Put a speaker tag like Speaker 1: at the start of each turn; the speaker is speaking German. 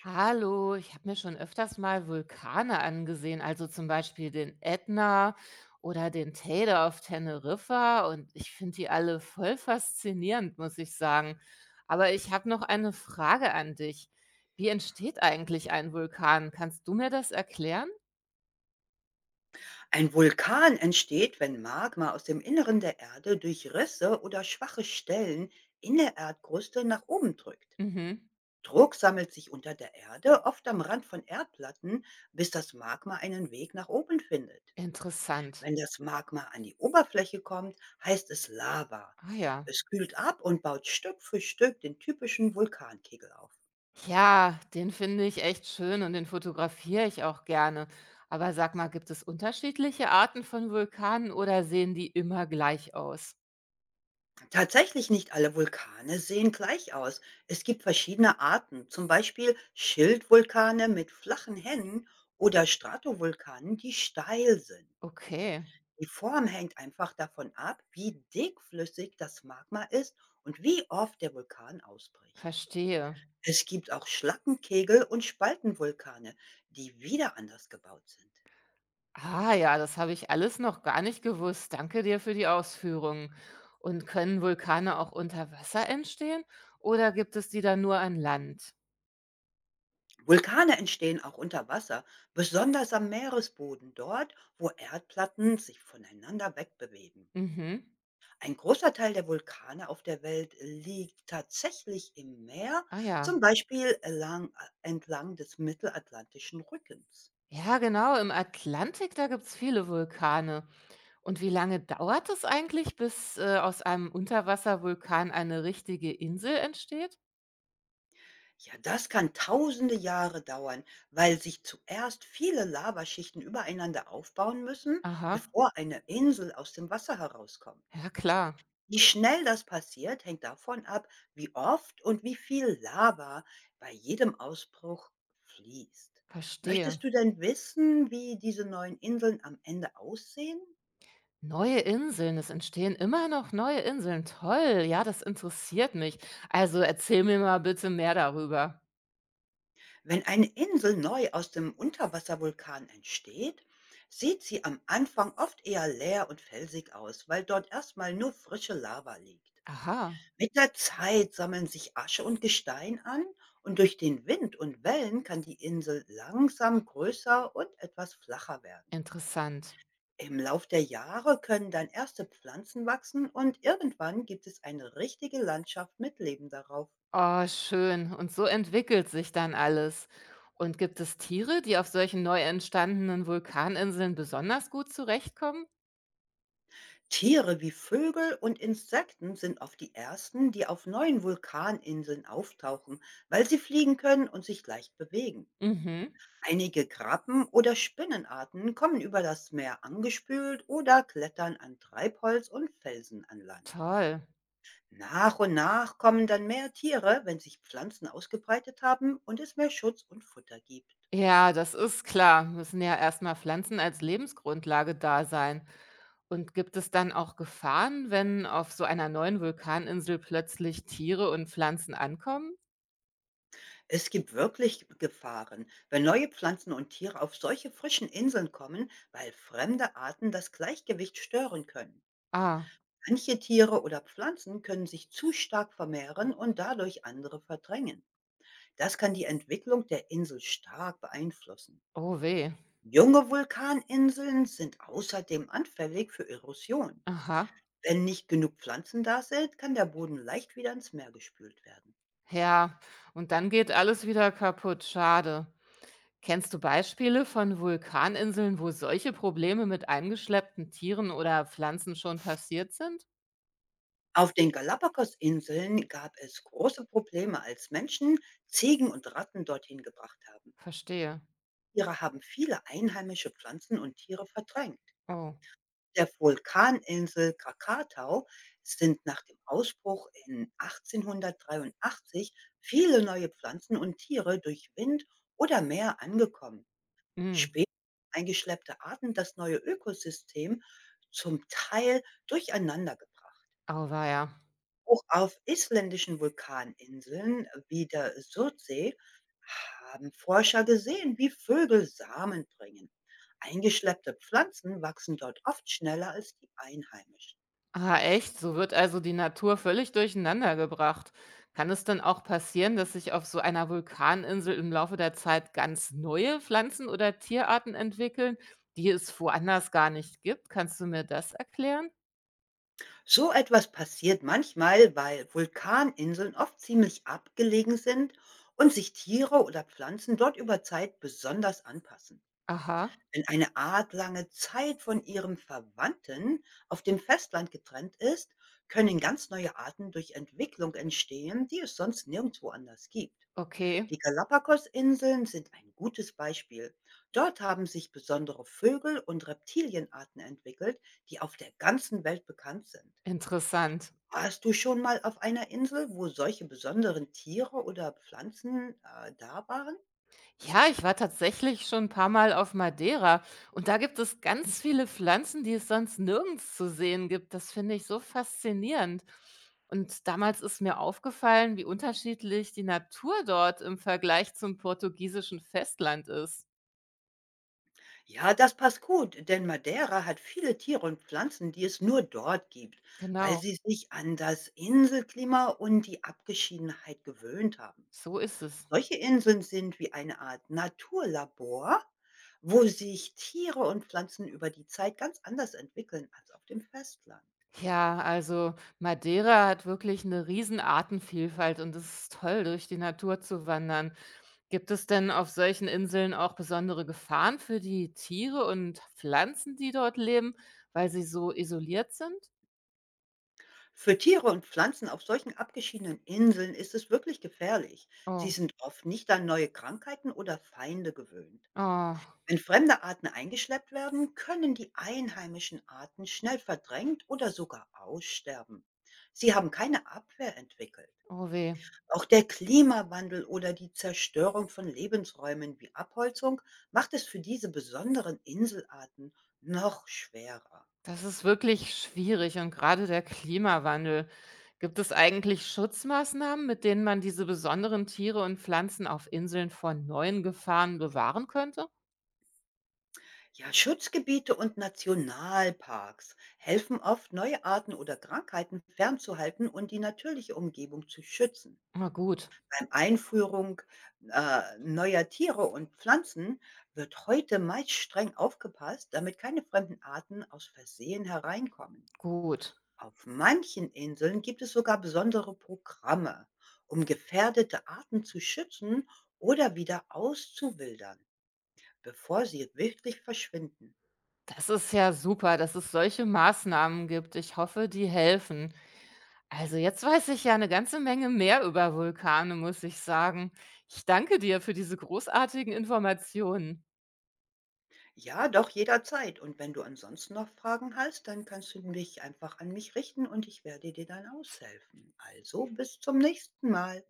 Speaker 1: Hallo, ich habe mir schon öfters mal Vulkane angesehen, also zum Beispiel den Ätna oder den Teide auf Teneriffa und ich finde die alle voll faszinierend, muss ich sagen. Aber ich habe noch eine Frage an dich. Wie entsteht eigentlich ein Vulkan? Kannst du mir das erklären?
Speaker 2: Ein Vulkan entsteht, wenn Magma aus dem Inneren der Erde durch Risse oder schwache Stellen in der Erdkruste nach oben drückt.
Speaker 1: Mhm.
Speaker 2: Druck sammelt sich unter der Erde, oft am Rand von Erdplatten, bis das Magma einen Weg nach oben findet.
Speaker 1: Interessant.
Speaker 2: Wenn das Magma an die Oberfläche kommt, heißt es Lava.
Speaker 1: Ah ja.
Speaker 2: Es kühlt ab und baut Stück für Stück den typischen Vulkankegel auf.
Speaker 1: Ja, den finde ich echt schön und den fotografiere ich auch gerne. Aber sag mal, gibt es unterschiedliche Arten von Vulkanen oder sehen die immer gleich aus?
Speaker 2: Tatsächlich nicht alle Vulkane sehen gleich aus. Es gibt verschiedene Arten, zum Beispiel Schildvulkane mit flachen Hängen oder Stratovulkanen, die steil sind.
Speaker 1: Okay,
Speaker 2: Die Form hängt einfach davon ab, wie dickflüssig das Magma ist und wie oft der Vulkan ausbricht.
Speaker 1: verstehe.
Speaker 2: Es gibt auch Schlackenkegel und Spaltenvulkane, die wieder anders gebaut sind.
Speaker 1: Ah ja, das habe ich alles noch gar nicht gewusst. Danke dir für die Ausführungen. Und können Vulkane auch unter Wasser entstehen oder gibt es die dann nur an Land?
Speaker 2: Vulkane entstehen auch unter Wasser, besonders am Meeresboden, dort, wo Erdplatten sich voneinander wegbewegen.
Speaker 1: Mhm.
Speaker 2: Ein großer Teil der Vulkane auf der Welt liegt tatsächlich im Meer,
Speaker 1: Ah ja.
Speaker 2: zum Beispiel entlang des mittelatlantischen Rückens.
Speaker 1: Ja, genau, im Atlantik, da gibt es viele Vulkane. Und wie lange dauert es eigentlich, bis, aus einem Unterwasservulkan eine richtige Insel entsteht?
Speaker 2: Ja, das kann tausende Jahre dauern, weil sich zuerst viele Lavaschichten übereinander aufbauen müssen,
Speaker 1: Aha,
Speaker 2: bevor eine Insel aus dem Wasser herauskommt.
Speaker 1: ja klar,
Speaker 2: Wie schnell das passiert, hängt davon ab, wie oft und wie viel Lava bei jedem Ausbruch fließt.
Speaker 1: verstehe.
Speaker 2: Möchtest du denn wissen, wie diese neuen Inseln am Ende aussehen?
Speaker 1: Neue Inseln, es entstehen immer noch neue Inseln. Toll, ja, das interessiert mich. Also erzähl mir mal bitte mehr darüber.
Speaker 2: Wenn eine Insel neu aus dem Unterwasservulkan entsteht, sieht sie am Anfang oft eher leer und felsig aus, weil dort erstmal nur frische Lava liegt.
Speaker 1: Aha,
Speaker 2: Mit der Zeit sammeln sich Asche und Gestein an und durch den Wind und Wellen kann die Insel langsam größer und etwas flacher werden.
Speaker 1: interessant.
Speaker 2: Im Lauf der Jahre können dann erste Pflanzen wachsen und irgendwann gibt es eine richtige Landschaft mit Leben darauf.
Speaker 1: Oh, schön. Und so entwickelt sich dann alles. Und gibt es Tiere, die auf solchen neu entstandenen Vulkaninseln besonders gut zurechtkommen?
Speaker 2: Tiere wie Vögel und Insekten sind oft die ersten, die auf neuen Vulkaninseln auftauchen, weil sie fliegen können und sich leicht bewegen.
Speaker 1: Mhm,
Speaker 2: Einige Krabben oder Spinnenarten kommen über das Meer angespült oder klettern an Treibholz und Felsen an Land.
Speaker 1: toll.
Speaker 2: Nach und nach kommen dann mehr Tiere, wenn sich Pflanzen ausgebreitet haben und es mehr Schutz und Futter gibt.
Speaker 1: Ja, das ist klar. Müssen ja erstmal Pflanzen als Lebensgrundlage da sein. Und gibt es dann auch Gefahren, wenn auf so einer neuen Vulkaninsel plötzlich Tiere und Pflanzen ankommen?
Speaker 2: Es gibt wirklich Gefahren, wenn neue Pflanzen und Tiere auf solche frischen Inseln kommen, weil fremde Arten das Gleichgewicht stören können.
Speaker 1: Ah,
Speaker 2: Manche Tiere oder Pflanzen können sich zu stark vermehren und dadurch andere verdrängen. Das kann die Entwicklung der Insel stark beeinflussen.
Speaker 1: oh weh.
Speaker 2: Junge Vulkaninseln sind außerdem anfällig für Erosion.
Speaker 1: Aha.
Speaker 2: Wenn nicht genug Pflanzen da sind, kann der Boden leicht wieder ins Meer gespült werden.
Speaker 1: Ja, und dann geht alles wieder kaputt. Schade. Kennst du Beispiele von Vulkaninseln, wo solche Probleme mit eingeschleppten Tieren oder Pflanzen schon passiert sind?
Speaker 2: Auf den Galapagos-Inseln gab es große Probleme, als Menschen Ziegen und Ratten dorthin gebracht haben.
Speaker 1: Verstehe.
Speaker 2: Tiere haben viele einheimische Pflanzen und Tiere verdrängt.
Speaker 1: Oh.
Speaker 2: Der Vulkaninsel Krakatau sind nach dem Ausbruch in 1883 viele neue Pflanzen und Tiere durch Wind oder Meer angekommen.
Speaker 1: Mm.
Speaker 2: Später eingeschleppte Arten das neue Ökosystem zum Teil durcheinander gebracht.
Speaker 1: Auweia.
Speaker 2: Auch auf isländischen Vulkaninseln wie der Surtsee haben Forscher gesehen, wie Vögel Samen bringen. Eingeschleppte Pflanzen wachsen dort oft schneller als die einheimischen.
Speaker 1: Ah, echt? So wird also die Natur völlig durcheinandergebracht. Kann es denn auch passieren, dass sich auf so einer Vulkaninsel im Laufe der Zeit ganz neue Pflanzen oder Tierarten entwickeln, die es woanders gar nicht gibt? Kannst du mir das erklären?
Speaker 2: So etwas passiert manchmal, weil Vulkaninseln oft ziemlich abgelegen sind und sich Tiere oder Pflanzen dort über Zeit besonders anpassen.
Speaker 1: Aha,
Speaker 2: Wenn eine Art lange Zeit von ihrem Verwandten auf dem Festland getrennt ist, können ganz neue Arten durch Entwicklung entstehen, die es sonst nirgendwo anders gibt.
Speaker 1: okay,
Speaker 2: Die Galapagos-Inseln sind ein gutes Beispiel. Dort haben sich besondere Vögel- und Reptilienarten entwickelt, die auf der ganzen Welt bekannt sind.
Speaker 1: interessant.
Speaker 2: Warst du schon mal auf einer Insel, wo solche besonderen Tiere oder Pflanzen da waren?
Speaker 1: Ja, ich war tatsächlich schon ein paar Mal auf Madeira und da gibt es ganz viele Pflanzen, die es sonst nirgends zu sehen gibt. Das finde ich so faszinierend. Und damals ist mir aufgefallen, wie unterschiedlich die Natur dort im Vergleich zum portugiesischen Festland ist.
Speaker 2: Ja, das passt gut, denn Madeira hat viele Tiere und Pflanzen, die es nur dort gibt, weil
Speaker 1: Genau,
Speaker 2: sie sich an das Inselklima und die Abgeschiedenheit gewöhnt haben.
Speaker 1: so ist es.
Speaker 2: Solche Inseln sind wie eine Art Naturlabor, wo sich Tiere und Pflanzen über die Zeit ganz anders entwickeln als auf dem Festland.
Speaker 1: Ja, also Madeira hat wirklich eine riesen Artenvielfalt und es ist toll, durch die Natur zu wandern. Gibt es denn auf solchen Inseln auch besondere Gefahren für die Tiere und Pflanzen, die dort leben, weil sie so isoliert sind?
Speaker 2: Für Tiere und Pflanzen auf solchen abgeschiedenen Inseln ist es wirklich gefährlich. Sie
Speaker 1: Oh,
Speaker 2: sind oft nicht an neue Krankheiten oder Feinde gewöhnt.
Speaker 1: oh,
Speaker 2: Wenn fremde Arten eingeschleppt werden, können die einheimischen Arten schnell verdrängt oder sogar aussterben. Sie haben keine Abwehr entwickelt.
Speaker 1: oh weh.
Speaker 2: Auch der Klimawandel oder die Zerstörung von Lebensräumen wie Abholzung macht es für diese besonderen Inselarten noch schwerer.
Speaker 1: Das ist wirklich schwierig und gerade der Klimawandel. Gibt es eigentlich Schutzmaßnahmen, mit denen man diese besonderen Tiere und Pflanzen auf Inseln vor neuen Gefahren bewahren könnte?
Speaker 2: Ja, Schutzgebiete und Nationalparks helfen oft, neue Arten oder Krankheiten fernzuhalten und die natürliche Umgebung zu schützen.
Speaker 1: Na gut,
Speaker 2: Beim Einführung neuer Tiere und Pflanzen wird heute meist streng aufgepasst, damit keine fremden Arten aus Versehen hereinkommen.
Speaker 1: gut.
Speaker 2: Auf manchen Inseln gibt es sogar besondere Programme, um gefährdete Arten zu schützen oder wieder auszuwildern, bevor sie wirklich verschwinden.
Speaker 1: Das ist ja super, dass es solche Maßnahmen gibt. Ich hoffe, die helfen. Also jetzt weiß ich ja eine ganze Menge mehr über Vulkane, muss ich sagen. Ich danke dir für diese großartigen Informationen.
Speaker 2: Ja, doch jederzeit. Und wenn du ansonsten noch Fragen hast, dann kannst du dich einfach an mich richten und ich werde dir dann aushelfen. Also bis zum nächsten Mal.